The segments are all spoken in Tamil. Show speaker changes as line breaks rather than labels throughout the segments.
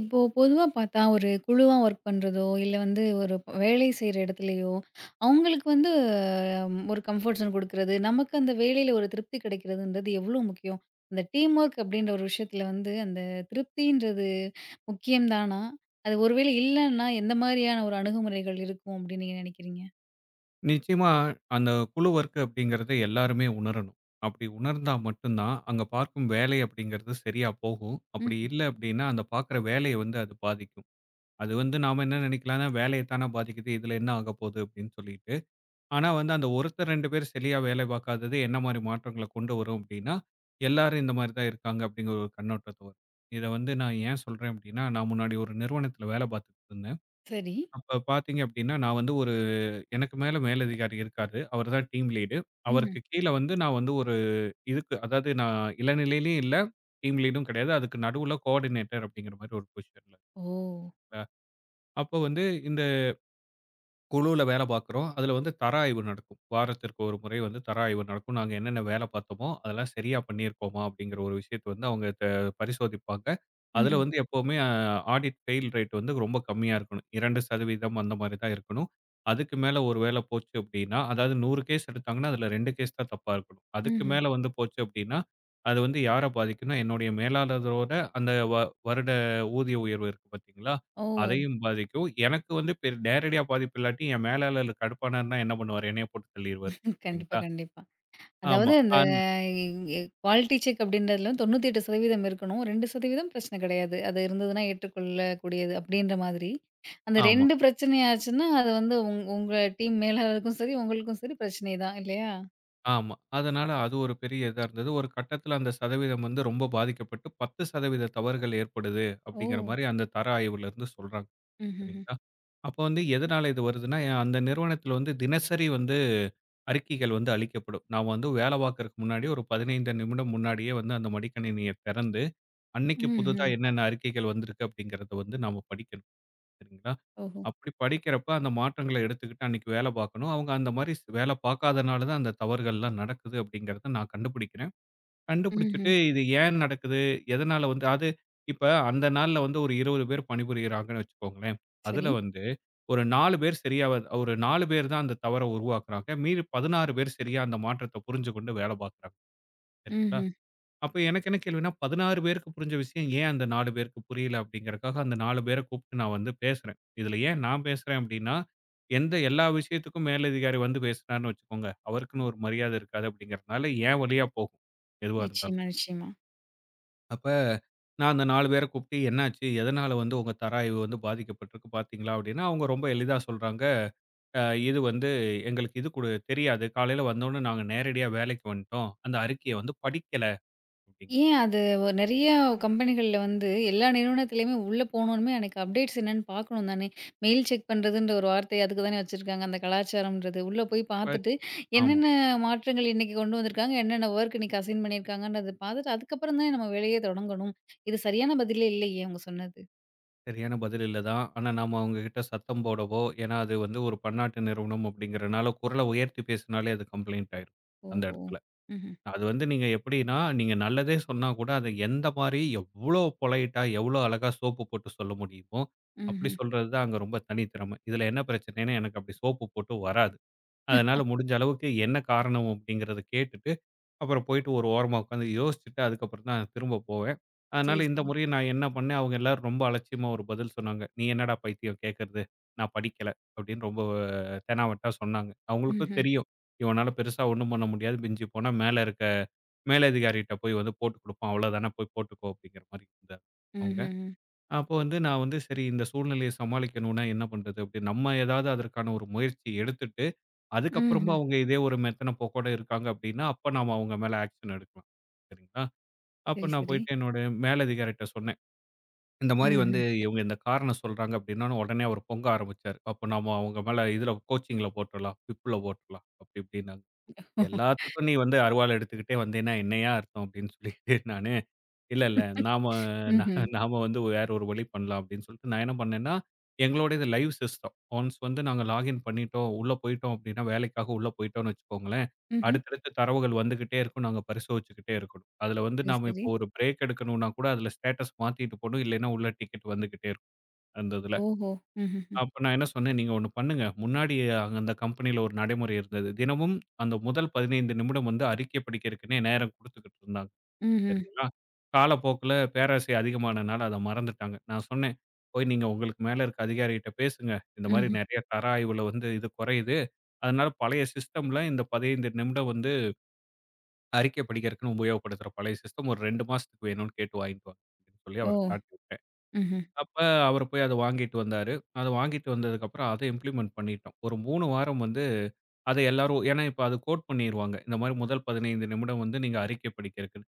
இப்போ பொதுவா பார்த்தா, ஒரு குழுவா ஒர்க் பண்றதோ, இல்ல வந்து ஒரு வேலை செய்ற இடத்துலயோ, அவங்களுக்கு வந்து ஒரு கம்ஃபோர்ட் ஜோன் குடுக்குறது, நமக்கு அந்த வேலையில ஒரு திருப்தி கிடைக்கிறதுன்றது எவ்ளோ முக்கியம்? அந்த டீம் ஒர்க் அப்டின்ற ஒரு விஷயத்துல வந்து, அந்த திருப்தின்றது முக்கியம் தானா? அது ஒருவேளை இல்லன்னா, எந்த மாரியான ஒரு அணுகுமுறைகள் இருக்கும் அப்டின்னு நீங்க நினைக்கிறீங்க?
நிச்சயமா அந்த குழு ஒர்க் அப்படிங்கிறத எல்லாருமே உணரணும். அப்படி உணர்ந்தா மட்டும் தான், அங்க பார்க்கும் வேலை அப்படிங்கிறது சரியா போகும். அப்படி
ம்ஹ்ம்.
இல்ல அப்படின்னா, அந்த பார்க்குற வேலைய வந்து அது பாதிக்கும். அது வந்து நாம என்ன நினைக்கலாம்னா, வேலைய தான பாதிக்குது. இதுல என்ன ஆகப்போகுது அப்படின்னு சொல்லிட்டு. ஆனா வந்து அந்த ஒருத்தர் 2 பேர் சரியா வேலை பார்க்காதது என்ன மாரி மாற்றங்கள கொண்டு வரும் அப்படின்னா, எல்லாரும் இந்த மாரி தான் இருக்காங்க அப்படிங்கிற ஒரு கண்ணோட்டத்த வரும். இத வந்து நான் ஏன் சொல்றேன் அப்படின்னா, நான் முன்னாடி ஒரு நிறுவனத்தில வேலை பார்த்துட்டு இருந்தேன்.
சரி.
அப்ப பார்த்தீங்க அப்படின்னா, நான் வந்து ஒரு எனக்கு மேல மேலதிகாரி இருக்காரு. அவரு தான் டீம் லீடு.
ம்ஹ்ம்.
அவருக்கு கீழ வந்து நான் வந்து ஒரு இதுக்கு அதாவது நான் இளநிலையிலயும் இல்ல, டீம் லீடும் கிடையாது. அதுக்கு நடுவுல கோஆர்டினேட்டர் அப்படிங்கிற மாரி ஒரு பொசிஷன்ல.
ஓ!
அப்போ வந்து இந்த குழுவுல வேலை பார்க்குறோம். அதுல வந்து தர ஆய்வு நடக்கும். வாரத்திற்கு ஒரு முறை வந்து தர ஆய்வு நடக்கும். நாங்க என்னென்ன வேலை பார்த்தோமோ, அதெல்லாம் சரியா பண்ணியிருக்கோமா? அப்படிங்கிற ஒரு விஷயத்த வந்து அவங்க பரிசோதிப்பாங்க. அதுல
ம்ஹ்ம்.
வந்து எப்பவுமே ஆடிட் ஃபெயில் ரேட் வந்து ரொம்ப கம்மியா இருக்கணும். 2% அந்த மாரி தான் இருக்கணும். அதுக்கு மேல ஒரு வேலை போச்சு அப்படின்னா, அதாவது 100 கேஸ் எடுத்தாங்கன்னா, அதுல 2 கேஸ் தான் தப்பா இருக்கணும். அதுக்கு
ம்ஹ்ம்.
மேல வந்து போச்சு அப்படின்னா, அது வந்து யார பாதிக்கும்னா, என்னுடைய மேலாளரோட அந்த வ வருட ஊதிய உயர்வு இருக்கு பார்த்தீங்களா?
ஓ!
அதையும் பாதிக்கும். எனக்கு வந்து நேரடியா பாதிப்பு இல்லாட்டி, என் மேலாளர் கடுப்பானாருன்னா என்ன பண்ணுவாரு? என்னைய போட்டு தள்ளிருவாரு.
கண்டிப்பா,
சரிங்களா?
கண்டிப்பா.
ஆமா.
அதாவது அந்த
அந்
குவாலிட்டி செக் அப்படின்றதுல வந்து 98% இருக்கணும். 2% பிரச்சனை கிடையாது. அது இருந்ததுன்னா ஏற்றுக்கொள்ளக்கூடியது அப்படின்ற மாதிரி. அந்த
ஆமா,
2 பிரச்சனை ஆச்சுன்னா, அது வந்து உங்க டீம் மேலாளருக்கும் சரி, உங்களுக்கும் சரி பிரச்சனை தான் இல்லையா?
ஆமா. அதனால அது ஒரு பெரிய இதா இருந்தது. ஒரு கட்டத்தில அந்த சதவீதம் வந்து ரொம்ப பாதிக்கப்பட்டு 10% தவறுகள் ஏற்படுது
ஓ!
அப்படிங்கிற மாரி அந்த தர ஆய்வுலருந்து சொல்றாங்க.
ம்ஹ்ஹ்ம்.
சரிங்களா? அப்ப வந்து எதனால இது வருதுன்னா, என் அந்த நிறுவனத்தில வந்து தினசரி வந்து அறிக்கைகள் வந்து அளிக்கப்படும். நாம வந்து வேலை பார்க்கறக்கு முன்னாடி ஒரு 15 நிமிடம் முன்னாடியே வந்து அந்த மடிக்கணினிய திறந்து அன்னைக்கு புதுதா
ம்ஹ்ம்.
என்னென்ன அறிக்கைகள் வந்திருக்கு அப்படிங்கிறத வந்து நாம படிக்கணும். சரிங்களா?
ஓஹோ!
அப்படி படிக்கிறப்ப அந்த மாற்றங்கள எடுத்துக்கிட்டு அன்னைக்கு வேலை பார்க்கணும். அவங்க அந்த மாரி வேலை பார்க்காதனால தான் அந்த தவறுகள்லாம் நடக்குது அப்படிங்கிறத நான் கண்டுபிடிக்கிறேன். கண்டுபிடிச்சுட்டு
ம்ஹ்ம்.
இது ஏன் நடக்குது? எதனால வந்து அது இப்ப அந்த நாள்ல வந்து ஒரு 20 பேர் பணிபுரியிறாங்கன்னு வச்சுக்கோங்களேன். அதுல
சரி.
வந்து ஒரு 4 பேர் சரியா வ ஒரு 4 பேர் தான் அந்த தவற உருவாக்குறாங்க. மீதி 16 பேர் சரியா அந்த மாற்றத்த புரிஞ்சுகொண்டு வேலை பார்க்குறாங்க. சரிங்களா?
ம்ஹ்ம்.
அப்ப எனக்கு என்ன கேள்வின்னா, 16 பேருக்கு புரிஞ்ச விஷயம் ஏன் அந்த 4 பேருக்கு புரியல அப்படிங்கிறதுக்காக அந்த 4 பேர கூப்பிட்டு நான் வந்து பேசுறேன். இதுல ஏன் நான் பேசுறேன் அப்படின்னா, எந்த எல்லா விஷயத்துக்கும் மேலதிகாரி வந்து பேசுனார்ன்னு வச்சுக்கோங்க, அவருக்குன்னு ஒரு மரியாதை இருக்காது அப்படிங்கிறதுனால என் வழியா போகும், எதுவா இருந்தாலும்.
நிச்சயமா, நிச்சயமா.
அப்ப நான் அந்த 4 பேர கூப்பிட்டு என்னாச்சு? எதனால வந்து உங்க தராய்வு வந்து பாதிக்கப்பட்டிருக்கு பார்த்தீங்களா? அப்படின்னா அவங்க ரொம்ப எளிதா சொல்றாங்க. அ இது வந்து எங்களுக்கு இது கூட தெரியாது. காலையில வந்தோனே நாங்க நேரடியா வேலைக்கு வந்துட்டோம். அந்த அறிக்கைய வந்து படிக்கல அப்படிங்கிறாங்க.
ஏன் அது ஒ நெறைய கம்பெனிகள்ல வந்து எல்லா நிறுவனத்திலயுமே உள்ள போனோனுமே எனக்கு அப்டேட்ஸ் என்னன்னு பார்க்கணும் தானே! மெயில் செக் பண்றதுன்ற ஒரு வார்த்தை அதுக்கு தானே வச்சிருக்காங்க. அந்த கலாச்சாரம்ன்றது. உள்ள போய்
பட்
பார்த்துட்டு
ஆமா.
என்னென்ன மாற்றங்கள் இன்னைக்கு கொண்டு வந்திருக்காங்க, என்னென்ன வொர்க் இன்னைக்கு அசைன் பண்ணியிருக்காங்கன்றத பார்த்துட்டு அதுக்கப்புறம் தானே நம்ம வேலையே தொடங்கணும். இது சரியான பதிலே இல்லையே அவங்க சொன்னது.
சரியான பதில் இல்ல தான். ஆனா நாம அவங்ககிட்ட சத்தம் போடவோ, ஏன்னா அது வந்து ஒரு பன்னாட்டு நிறுவனம் அப்படிங்கிறனால குரல உயர்த்தி பேசினாலே அது கம்ப்ளைண்ட் ஆயிரும். அந்த
ஓஹோ!
இடத்துல.
ம்ஹ்ம்.
அது வந்து நீங்க எப்படின்னா, நீங்க நல்லதே சொன்னா கூட அத எந்த மாரி எவ்ளோ பொலைட்டா, எவ்ளோ அழகா சோப்பு போட்டு சொல்ல முடியுமோ, அப்படி
ம்ஹ்ம்.
சொல்றது தான் அங்க ரொம்ப தனித்திறமை. இதுல என்ன பிரச்சனைன்னா எனக்கு அப்படி சோப்பு போட்டு வராது. அதனால முடிஞ்ச அளவுக்கு என்ன காரணம் அப்படிங்கிறத கேட்டுட்டு அப்புறம் போயிட்டு ஒரு ஓரமா உட்காந்து யோசிச்சுட்டு அதுக்கப்புறம் தான் திரும்ப போவேன். அதனால
சரி,
இந்த
சரி.
முறை நான் என்ன பண்ணேன், அவங்க எல்லாரும் ரொம்ப அலட்சியமா ஒரு பதில் சொன்னாங்க. "நீ என்னடா பைத்தியம் கேட்கறது? நான் படிக்கல" அப்படின்னு ரொம்ப தெனாவட்டா சொன்னாங்க. அவங்களுக்கும்
ம்ஹ்ம்.
தெரியும். இவனால பெருசா ஒண்ணும் பண்ண முடியாது. மிஞ்சி போனா மேலதிகாரிட்ட போய் வந்து போட்டு குடுப்பான். அவ்வளோதானே போய் போட்டுக்கோ அப்படிங்கிற மாரி இருந்தாங்க அவங்க.
ம்ஹ்ம்.
அப்போ வந்து நான் வந்து சரி இந்த சூழ்நிலையை சமாளிக்கணும்னா என்ன பண்றது? அப்படி நம்ம ஏதாவது அதற்கான ஒரு முயற்சி எடுத்துட்டு அதுக்கப்புறமும்
ம்ஹ்ம்.
அவங்க இதே ஒரு மெத்தன போக்கோட இருக்காங்க அப்படின்னா, அப்ப நாம அவங்க மேல ஆக்ஷன் எடுக்கலாம். சரிங்களா? அப்ப
சரி,
நான்
சரி.
போயிட்டு என்னோட மேலதிகாரிட்ட சொன்னேன். இந்த மாரி வந்து
ம்ஹ்ம்.
இவங்க இந்த காரணம் சொல்றாங்க அப்படின்னோன, உடனே அவரு பொங்க ஆரம்பிச்சாரு. அப்ப நாம அவங்க மேல இதுல கோச்சிங்ல போட்டுறலாம், பிப்ல போட்டுறலாம் அப்படி இப்படின்னாங்க. எல்லாத்துக்கும் நீ வந்து அருவாள் எடுத்துக்கிட்டே வந்தேன்னா என்னையா அர்த்தம் அப்படின்னு சொல்லிட்டு இல்ல. நாம ந
ம்ஹ்ம்.
நாம வந்து வேற ஒரு வழி பண்ணலாம் அப்படின்னு சொல்லிட்டு, நான் என்ன பண்ணேன்னா, எங்களோட இது லைவ் சிஸ்டம். ஒன்ஸ் வந்து நாங்க லாகின் பண்ணிட்டோம், உள்ள போயிட்டோம் அப்படின்னா, வேலைக்காக உள்ள போயிட்டோம்னு வச்சுக்கோங்களேன்,
ம்ஹ்ம்.
அடுத்தடுத்து தரவுகள் வந்துகிட்டே இருக்கும். நாங்க பரிசோதிச்சுக்கிட்டே இருக்கணும். அதுல வந்து
சரி,
நாம
சரி.
இப்போ ஒரு பிரேக் எடுக்கணும்னா கூட, அதுல ஸ்டேட்டஸ் மாத்திட்டு போணும். இல்லைன்னா உள்ள டிக்கெட் வந்துகிட்டே இருக்கும், அந்த இதுல.
ஓஹோ! ம்ஹ்ம்.
அப்ப நான் என்ன சொன்னேன், "நீங்க ஒண்ணு பண்ணுங்க. முன்னாடி அங்க அந்த கம்பெனியில ஒரு நடைமுறை இருந்தது. தினமும் அந்த முதல் 15 நிமிடம் வந்து அறிக்கை படிக்கிறதுக்குன்னே நேரம் குடுத்துக்கிட்டு இருந்தாங்க."
ம்ஹ்ம்.
சரிங்களா. காலப்போக்குல பேராசை அதிகமானனால அத மறந்துட்டாங்க. நான் சொன்னேன், "போய் நீங்க உங்களுக்கு மேல இருக்க அதிகாரிகிட்ட பேசுங்க. இந்த மாரி
ம்ஹ்ம்.
நெறைய தர ஆய்வுல வந்து இது குறையுது. அதனால பழைய சிஸ்டம்ல இந்த 15 நிமிடம் வந்து அறிக்கை படிக்கிறதுக்குன்னு உபயோகப்படுத்துற பழைய சிஸ்டம் ஒரு 2 மாசத்துக்கு வேணும்னு கேட்டு வாங்கிட்டு வாங்க." அப்படின்னு சொல்லி
ஓ!
அவர காட்டி விட்டேன்.
ம்ஹ்ம்.
அப்ப அவரு போய் அத வாங்கிட்டு வந்தாரு. அத வாங்கிட்டு வந்ததுக்கப்புறம் அத இம்ப்ளிமெண்ட் பண்ணிட்டோம். ஒரு 3 வாரம் வந்து அத எல்லாரும் ஏன்னா இப்ப அது கோட் பண்ணிருவாங்க. இந்த மாரி முதல் 15 நிமிடம் வந்து நீங்க அறிக்கை படிக்கிறதுக்கு.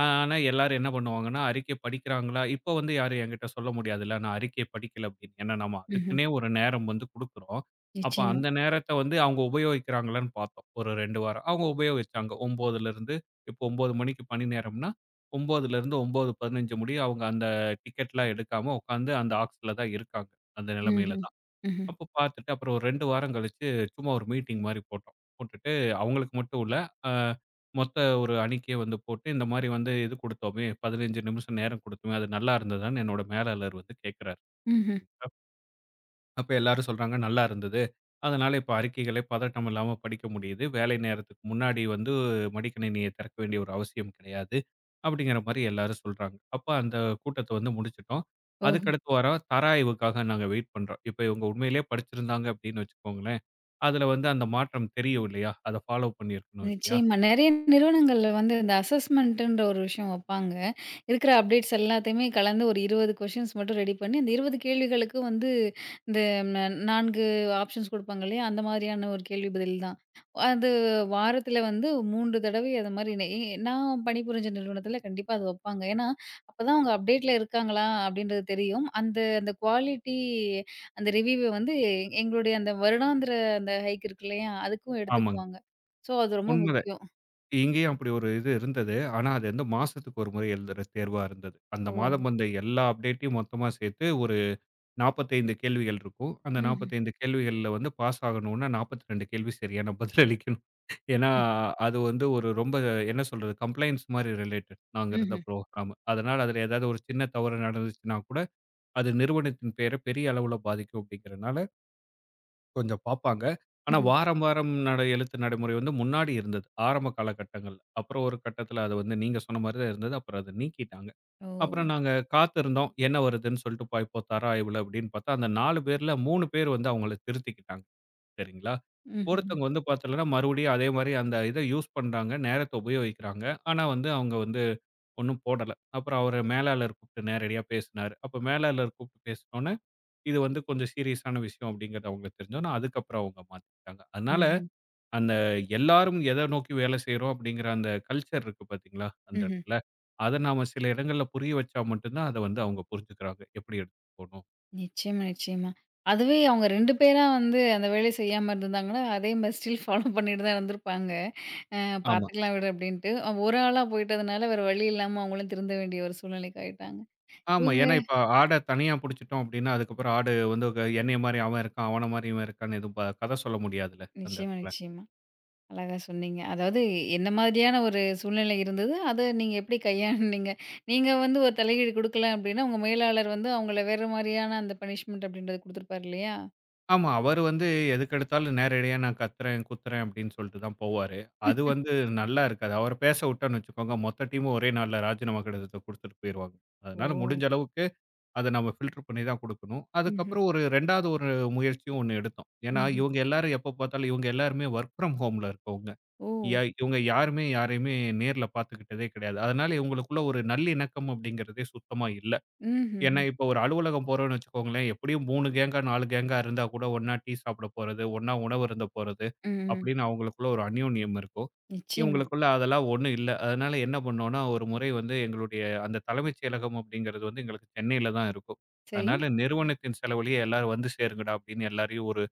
ஆனா எல்லாரும் என்ன பண்ணுவாங்கன்னா, அறிக்கை படிக்கிறாங்களா? இப்ப வந்து யாரும் என்கிட்ட சொல்ல முடியாதுல்ல. நான் அறிக்கைய படிக்கல அப்படின்னு. ஏன்னா நம்ம
ம்ஹ்ம்.
அதுக்குன்னே ஒரு நேரம் வந்து குடுக்குறோம். அப்ப
நிச்சயமா.
அந்த நேரத்த வந்து அவங்க உபயோகிக்கிறாங்களான்னு பார்த்தோம். ஒரு 2 வாரம். அவங்க உபயோகிச்சாங்க. 9லிருந்து இப்போ 9 மணிக்கு பணி நேரம்னா, 9லிருந்து 9:15 முடிய அவங்க அந்த டிக்கெட்லாம் எடுக்காம உட்காந்து அந்த ஆக்ஸ்ல தான் இருக்காங்க. அந்த நிலைமையில
ம்ஹ்ம்.
தான்.
ம்ஹ்ம்.
அப்போ பார்த்துட்டு அப்புறம் ஒரு 2 வாரம் கழிச்சு சும்மா ஒரு மீட்டிங் மாரி போட்டோம். போட்டுட்டு அவங்களுக்கு மட்டும் இல்ல, அ மொத்த ஒரு அணிக்கே வந்து போட்டு இந்த மாரி வந்து இது குடுத்தோமே, 15 நிமிஷம் நேரம் குடுத்தோமே, அது நல்லா இருந்ததான்னு என்னோட மேலாளர் வந்து கேட்கிறாரு.
ம்ஹ்ம்.
அப்ப எல்லாரும் சொல்றாங்க நல்லா இருந்தது. அதனால இப்ப அறிக்கைகளே பதட்டம் இல்லாம படிக்க முடியுது. வேலை நேரத்துக்கு முன்னாடி வந்து மடிக்கணினிய திறக்க வேண்டிய ஒரு அவசியம் கிடையாது. அப்படிங்கிற மாரி எல்லாரும் சொல்றாங்க. அப்ப அந்த கூட்டத்த வந்து முடிச்சுட்டோம்.
ஓ!
அதுக்கடுத்த வாரம் தர ஆய்வுக்காக நாங்க வெயிட் பண்றோம். இப்ப இவங்க உண்மையிலேயே படிச்சிருந்தாங்க அப்படின்னு வச்சுக்கோங்களேன், அதுல வந்து அந்த மாற்றம் தெரியும் இல்லையா? அத ஃபாலோ பண்ணியிருக்கணும் இல்லையா?
நிச்சயமா. நெறைய நிறுவனங்கள்ல வந்து இந்த அசஸ்மென்ட்டுன்ற ஒரு விஷயம் வப்பாங்க. இருக்கிற அப்டேட்ஸ் எல்லாத்தையுமே கலந்து ஒரு 20 கொஷின்ஸ் மட்டும் ரெடி பண்ணி, அந்த 20 கேள்விகளுக்கும் வந்து இந்த ந 4 ஆப்ஷன்ஸ் குடுப்பாங்க இல்லையா? அந்த மாதிரியான ஒரு கேள்வி பதில் தான். அது வாரத்தில வந்து 3 தடவை அது மாரி நெ எ நான் பணிபுரிஞ்ச நிறுவனத்தில கண்டிப்பா அது வப்பாங்க. ஏன்னா, அப்பதான் அவங்க அப்டேட்ல இருக்காங்களா? அப்டின்றது தெரியும். அந்த அந்த குவாலிட்டி அந்த ரிவ்யூவ வந்து எங்களுடைய அந்த வருடாந்திர அந்த ஹைக் இருக்கு இல்லையா? அதுக்கும்
ஆமாங்க.
எடுத்துக்குவாங்க. சோ, அது ரொம்ப
உண்மதான்.
முக்கியம்.
இங்கேயும் அப்படி ஒரு இது இருந்தது. ஆனா அது வந்து மாசத்துக்கு ஒரு முறை எழுதுற தேர்வா இருந்தது. அந்த
ஓ!
மாதம் வந்த எல்லா அப்டேட்டையும் மொத்தமா சேர்த்து ஒரு 45 கேள்விகள் இருக்கும். அந்த
ம்ஹ்ம்.
45 கேள்விகள்ல வந்து பாஸ் ஆகணும்னா 42 கேள்வி சரியான பதில் அளிக்கணும். ஏன்னா,
ம்.
அது வந்து ஒரு ரொம்ப என்ன சொல்றது கம்ப்ளையன்ஸ் மாரி ரிலேட்டட் நாங்க இருந்த
ம்ஹ்ம்.
புரோகிராம். அதனால அதுல ஏதாவது ஒரு சின்ன தவறு நடந்துச்சுன்னா கூட, அது நிறுவனத்தின் பெயர பெரிய அளவுல பாதிக்கும் அப்படிங்கிறனால கொஞ்சம் பார்ப்பாங்க. ஆனா
ம்ஹ்ம்.
வாரம், வாரம் எழுத்து நடைமுறை வந்து முன்னாடி இருந்தது. ஆரம்ப காலகட்டங்கள்ல. அப்புறம் ஒரு கட்டத்தில அது வந்து நீங்க சொன்ன மாரி தான் இருந்தது. அப்புறம் அத நீக்கிட்டாங்க.
ஓ!
அப்புறம் நாங்க காத்திருந்தோம். என்ன வருதுன்னு சொல்லிட்டு போய் இப்போ தர ஆய்வுல அப்படின்னு பார்த்தா, அந்த 4 பேர்ல 3 பேர் வந்து அவங்கள திருத்திக்கிட்டாங்க. சரிங்களா?
ம்ஹ்ஹ்ம்.
ஒருத்தவங்க வந்து பார்த்தீங்கன்னா, மறுபடியும் அதே மாரி அந்த இத யூஸ் பண்றாங்க. நேரத்த உபயோகிக்கிறாங்க. ஆனா வந்து அவங்க வந்து ஒண்ணும் போடல. அப்புறம் அவரு மேலாளர் கூப்பிட்டு நேரடியா பேசினாரு. அப்ப மேலாளர் கூப்பிட்டு பேசினோன இது வந்து கொஞ்சம் சீரியஸான விஷயம் அப்படிங்கிறது அவங்களுக்கு தெரிஞ்சோனே, அதுக்கப்புறம் அவங்க மாத்திக்கிட்டாங்க. அதனால
ம்ஹ்ம்.
அந்த எல்லாரும் எத நோக்கி வேலை செய்றோம் அப்படிங்கிற அந்த கல்ச்சர் இருக்கு பார்த்தீங்களா? அந்த
ம்ஹ்ம்.
இடத்துல. அத நாம சில இடங்கள்ல புரிய வச்சா மட்டும் தான் அத வந்து அவங்க புரிஞ்சுக்கிறாங்க. எப்படி எடுத்துட்டு போணும்.
நிச்சயமா, நிச்சயமா. அதுவே அவங்க 2 பேரா வந்து அந்த வேலைய செய்யாம இருந்திருந்தாங்கன்னா, அதே மாரி ஸ்டில் ஃபாலோ பண்ணிட்டு தான் இருந்திருப்பாங்க. அ
ஆமா.
பார்த்துக்கலாம் விடு அப்படின்ட்டு. ஒரு ஆளா போயிட்டதுனால வேற வழி இல்லாம அவங்களும் திருந்த வேண்டிய ஒரு சூழ்நிலைக்கு ஆயிட்டாங்க.
ஆமா.
இவங்க
ஏன்னா இப்ப ஆட தனியா புடிச்சுட்டோம் அப்படின்னா, அதுக்கப்புறம் ஆடு வந்து என்னைய மாரி அவன் இருக்கான், அவன மாரி இவன் இருக்கான்னு எதுவும் கத சொல்ல முடியாதுல்ல அந்த
நிச்சயமா,
இடத்துல.
நிச்சயமா. அழகா சொன்னீங்க. அதாவது என்ன மாதிரியான ஒரு சூழ்நிலை இருந்தது? அத நீங்க எப்படி கையாண்டீங்க? நீங்க வந்து ஒரு தலையீடு குடுக்கல அப்டின்னா, உங்க மேலாளர் வந்து அவங்கள வேற மாரியான அந்த பனிஷ்மென்ட் அப்டின்றது குடுத்துருப்பார் இல்லையா?
ஆமா. அவரு வந்து எதுக்கெடுத்தாலும் நேரடியா நான் கத்துறேன், குத்துறேன் அப்படின்னு சொல்லிட்டு தான் போவாரு. அது வந்து நல்லா இருக்காது. அவர பேச விட்டோம்ன்னு வச்சுக்கோங்க, மொத்த டீமும் ஒரே நாள்ல ராஜினாமா கடிதத்த குடுத்துட்டு போயிருவாங்க.
ஓ!
அதனால முடிஞ்ச அளவுக்கு அத நம்ம ஃபில்டர் பண்ணி தான் குடுக்கணும்.
ம்ஹ்ம்.
அதுக்கப்புறம் ஒரு 2வது ஒரு முயற்சியும் ஒண்ணு எடுத்தோம். ஏன்னா,
ம்ஹ்ம்.
இவங்க எல்லாரும் எப்ப பார்த்தாலும் இவங்க எல்லாருமே வொர்க் ஃப்ரம் ஹோம்ல இருக்கவங்க.
ஓ!
இவங்க யாருமே யாரையுமே நேர்ல பார்த்துக்கிட்டதே கிடையாது. அதனால இவங்களுக்குள்ள ஒரு நல்லிணக்கம் அப்படிங்கிறதே சுத்தமா இல்ல. ஏன்னா,
ம்ஹ்ஹ்ம்.
இப்போ ஒரு அலுவலகம் போறோம்ன்னு வச்சுக்கோங்களேன், எப்படியும் 3 கேங்கா, 4 கேங்கா இருந்தா கூட ஒண்ணா டீ சாப்பிட போறது, ஒண்ணா உணவு அருந்த போறது,
ம், ம்.
அப்படின்னு அவங்களுக்குள்ள ஒரு அந்யோன்யம் இருக்கும்.
நிச்சயமா.
இவங்களுக்குள்ள அதெல்லாம் ஒண்ணும் இல்ல. அதனால என்ன பண்ணோம்னா, ஒரு முறை வந்து எங்களுடைய அந்த தலைமைச் செயலகம் அப்படிங்கிறது வந்து எங்களுக்கு சென்னையில தான் இருக்கும்.
சரி.
அதனால நிறுவனத்தின் செலவுலயே எல்லாரும் வந்து சேருங்கடா அப்படின்னு எல்லாரையும் ஒரு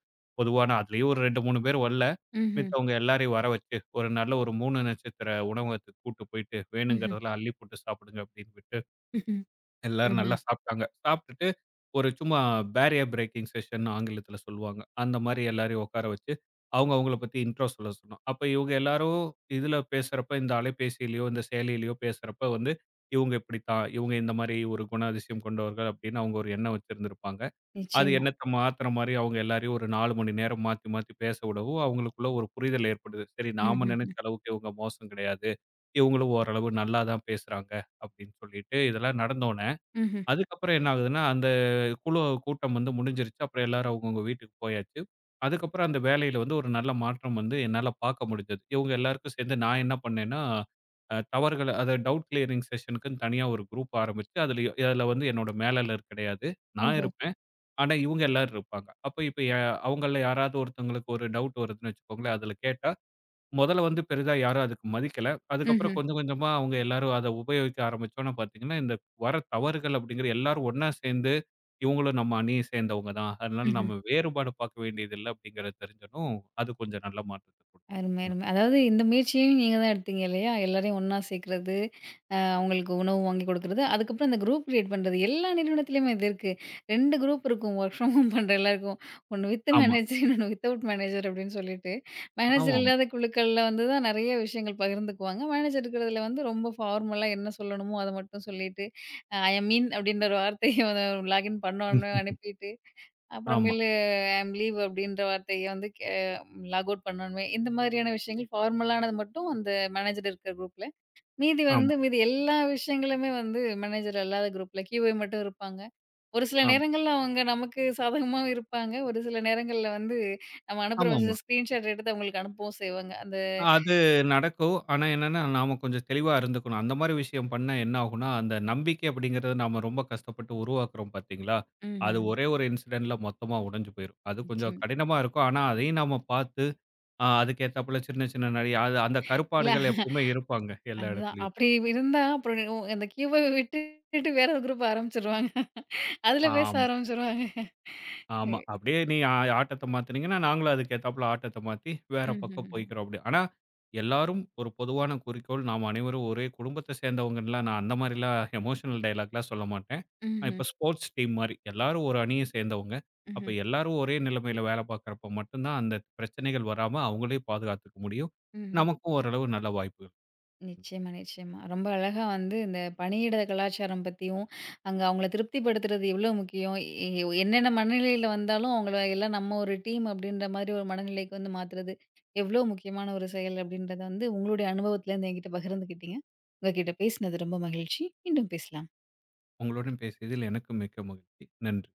பொதுவான அதுலயும் ஒரு 2, 3 பேர் வரல.
ம்ஹ்ம்.
மித்தவங்க எல்லாரையும் வர வச்சு, ஒரு நல்ல ஒரு 3 நட்சத்திர உணவகத்துக்கு கூட்டு போயிட்டு,
ம்ஹ்ம்.
வேணுங்கிறதெல்லாம் அள்ளி போட்டு சாப்பிடுங்க அப்படின்னு விட்டு எல்லாரும்
ம்ஹ்ம்.
நல்லா சாப்பிட்டாங்க. சாப்பிட்டுட்டு ஒரு சும்மா பேரியர் பிரேக்கிங் செஷன் ஆங்கிலத்தில சொல்லுவாங்க. அந்த மாரி எல்லாரையும் உட்கார வச்சு, அவங்க அவங்கள பத்தி இன்ட்ரோ சொல்ல சொன்னோம். அப்ப இவங்க எல்லாரும் இதில பேசுறப்ப, இந்த அலைபேசியிலயோ, இந்த செயலியிலயோ பேசுறப்ப வந்து, இவங்க இப்படித்தான், இவங்க இந்த மாரி ஒரு குணாதிசயம் கொண்டவர்கள் அப்படின்னு அவங்க ஒரு எண்ணம் வச்சிருந்திருப்பாங்க. அது
நிச்சயமா.
எண்ணத்த மாத்துற மாரி அவங்க எல்லாரையும் ஒரு 4 மணி நேரம் மாத்தி மாத்தி பேச விடவும், அவங்களுக்குள்ள ஒரு புரிதல் ஏற்படுது. சரி நாம நினைச்ச
ம்ஹ்ஹ்ம்.
அளவுக்கு இவங்க மோசம் கிடையாது. இவங்களும் ஓரளவு நல்லா தான் பேசுறாங்க அப்படின்னு சொல்லிட்டு இதெல்லாம் நடந்த
ம்ஹ்ம்.
அதுக்கப்புறம் என்ன ஆகுதுன்னா, அந்த குழு கூட்டம் வந்து முடிஞ்சிருச்சு. அப்புறம் எல்லாரும் அவங்கவங்க வீட்டுக்கு போயாச்சு. அதுக்கப்புறம் அந்த வேலையில வந்து ஒரு நல்ல மாற்றம் வந்து என்னால பார்க்க முடிஞ்சது. இவங்க எல்லாருக்கும் சேர்ந்து நான் என்ன பண்ணேன்னா, தவறுகள அத டவுட் கிளியரிங் செஷனுக்குன்னு தனியா ஒரு குரூப் ஆரம்பிச்சு, அதில அதில வந்து என்னோட மேலாளர் கிடையாது. நான்
ஓஹோ!
இருப்பேன். ஆனா, இவங்க எல்லாரும் இருப்பாங்க. அப்ப இப்ப எ அவங்கள்ல யாராவது ஒருத்தவங்களுக்கு ஒரு டவுட் வருதுன்னு வச்சுக்கோங்களேன், அதில கேட்டா முதல்ல வந்து பெரிதா யாரும் அதுக்கு மதிக்கல. அதுக்கப்புறம்
ம்ஹ்ம்.
கொஞ்சம் கொஞ்சமா அவங்க எல்லாரும் அத உபயோகிக்க ஆரம்பிச்சோன்ன பார்த்தீங்கன்னா, இந்த வர தவறுகள் அப்படிங்கிற எல்லாரும் ஒண்ணா சேர்ந்து, இவங்களும் நம்ம அணிய சேர்ந்தவங்க தான். அதனால
ம்ஹ்ம்.
நம்ம வேறுபாடு பார்க்க வேண்டியதில்ல அப்படிங்கிறது தெரிஞ்சதும், அது கொஞ்சம் நல்ல மாற்றத்த குடுத்தது.
அருமை, அருமை. அதாவது இந்த முயற்சியையும் நீங்க தான் எடுத்தீங்க இல்லையா? எல்லாரையும் ஒண்ணா சேர்க்கிறது, அவங்களுக்கு உணவு வாங்கி குடுக்குறது, அதுக்கப்புறம் அந்த குரூப் கிரியேட் பண்றது. எல்லா நிறுவனத்திலயுமே இது இருக்கு. 2 குரூப் இருக்கும். ஒர்க் ஃப்ரம் ஹோம் பண்ற எல்லாருக்கும். ஒண்ணு வித்
ஆமா.
மேனேஜர், இன்னொன்னு வித்தவுட் மேனேஜர் அப்படின்னு சொல்லிட்டு, மேனேஜர்
ஆமாமா.
இல்லாத குழுக்கள்ல வந்து தான் நெறைய விஷயங்கள் பகிர்ந்துக்குவாங்க. மேனேஜர் இருக்கிறதுல வந்து ரொம்ப ஃபார்மலா என்ன சொல்லணுமோ, அத மட்டும் சொல்லிட்டு, ஐ அம் இன் அப்படின்ற ஒரு வார்த்தைய லாகின் பண்ணோனே
ம்.
அனுப்பிட்டு
ஆமா,
அப்புறமேலு ஐ அம் லீவ் அப்படின்ற வார்த்தைய வந்து லாக் அவுட் பண்ணணுமே. இந்த மாதிரியான விஷயங்கள் ஃபார்மலானது மட்டும் அந்த மேனேஜர் இருக்கிற குரூப்ல. மீதி
ஆமா,
வந்து மீதி எல்லா விஷயங்களுமே வந்து மேனேஜர் அல்லாத குரூப்ல கியூஏ மட்டும் இருப்பாங்க. ஒரு சில
ஆமா,
நேரங்கள்ல அவங்க நமக்கு சாதகமாவும் இருப்பாங்க. ஒரு சில நேரங்கள்ல வந்து நம்ம அனுப்புற மெசேஜ
ஆமாமா.
ஸ்கிரீன்ஷாட் எடுத்து அவங்களுக்கு அனுப்பவும் செய்வாங்க.
அது நடக்கும். ஆனா என்னன்னா, நாம கொஞ்சம் தெளிவா இருந்துக்கணும். அந்த மாரி விஷயம் பண்ணா என்ன ஆகும்னா, அந்த நம்பிக்கை அப்படிங்கிறத நாம ரொம்ப கஷ்டப்பட்டு உருவாக்குறோம் பார்த்தீங்களா? அது
ம்ஹ்ம்.
ஒரே ஒரு இன்சிடென்ட்ல மொத்தமா உடைஞ்சு போயிரும். அது கொஞ்சம்
நிச்சயமா.
கடினமா இருக்கும். ஆனா அதையும் நாம பார்த்து, அதுக்கு ஏத்தாப்புல சின்ன சின்ன நெறைய அது அந்த
இல்ல
கருப்பாடுகள் எப்பவுமே இருப்பாங்க எல்லா
அதுதான்.
இடத்துலயும்.
அப்படி இருந்தா அப்புறம் நீ- உ அந்த கியூஏ விட்டுட்டு வேற ஒரு குரூப் ஆரம்பிச்சுருவாங்க. அதுல பேச
ஆமா.
ஆரம்பிச்சுருவாங்க.
ஆமா. அப்படியே நீ ஆ ஆட்டத்த மாத்துனீங்கன்னா, நாங்களும் அதுக்கு ஏத்தாப்புல ஆட்டத்த மாத்தி, வேற பக்கம்
ம்ஹ்ஹ்ம்.
போய்க்கிறோம் அப்படி. ஆனா, எல்லாரும் ஒரு பொதுவான குறிக்கோள், நாம் அனைவரும் ஒரே குடும்பத்த சேர்ந்தவங்கன்லாம் நான் அந்த மாரிலாம் எமோஷனல் டயலாக்லாம் சொல்ல மாட்டேன். நான்
ம்ஹ்ம்.
இப்ப ஸ்போர்ட்ஸ் டீம் மாரி. எல்லாரும் ஒரு அணிய சேர்ந்தவங்க. அப்ப
ம்ஹ்ம்.
எல்லாரும் ஒரே நிலைமையில வேல பார்க்கிறப்ப மட்டும் தான், அந்த பிரச்சனைகள் வராம அவங்களே பாதுகாத்துக்க முடியும்.
ம்ஹ்ம்.
நமக்கும் ஓரளவு நல்ல வாய்ப்புகள்.
நிச்சயமா, நிச்சயமா. ரொம்ப அழகா வந்து இந்த பணியிட கலாச்சாரம் பத்தியும், அங்க அவங்கள திருப்திப்படுத்துறது எவ்ளோ முக்கியம்? என்னென்ன மனநிலையில வந்தாலும் அவங்கள எல்லாம் நம்ம ஒரு டீம் அப்டின்ற மாரி ஒரு மனநிலைக்கு வந்து மாத்துறது, எவ்ளோ முக்கியமான ஒரு செயல் அப்படின்றத வந்து உங்களுடைய அனுபவத்திலேருந்து என்கிட்ட பகிர்ந்துக்கிட்டீங்க. உங்ககிட்ட பேசினது ரொம்ப மகிழ்ச்சி. மீண்டும் பேசலாம்.
உங்களுடன் பேசியதில் எனக்கு மிக்க மகிழ்ச்சி. நன்றி.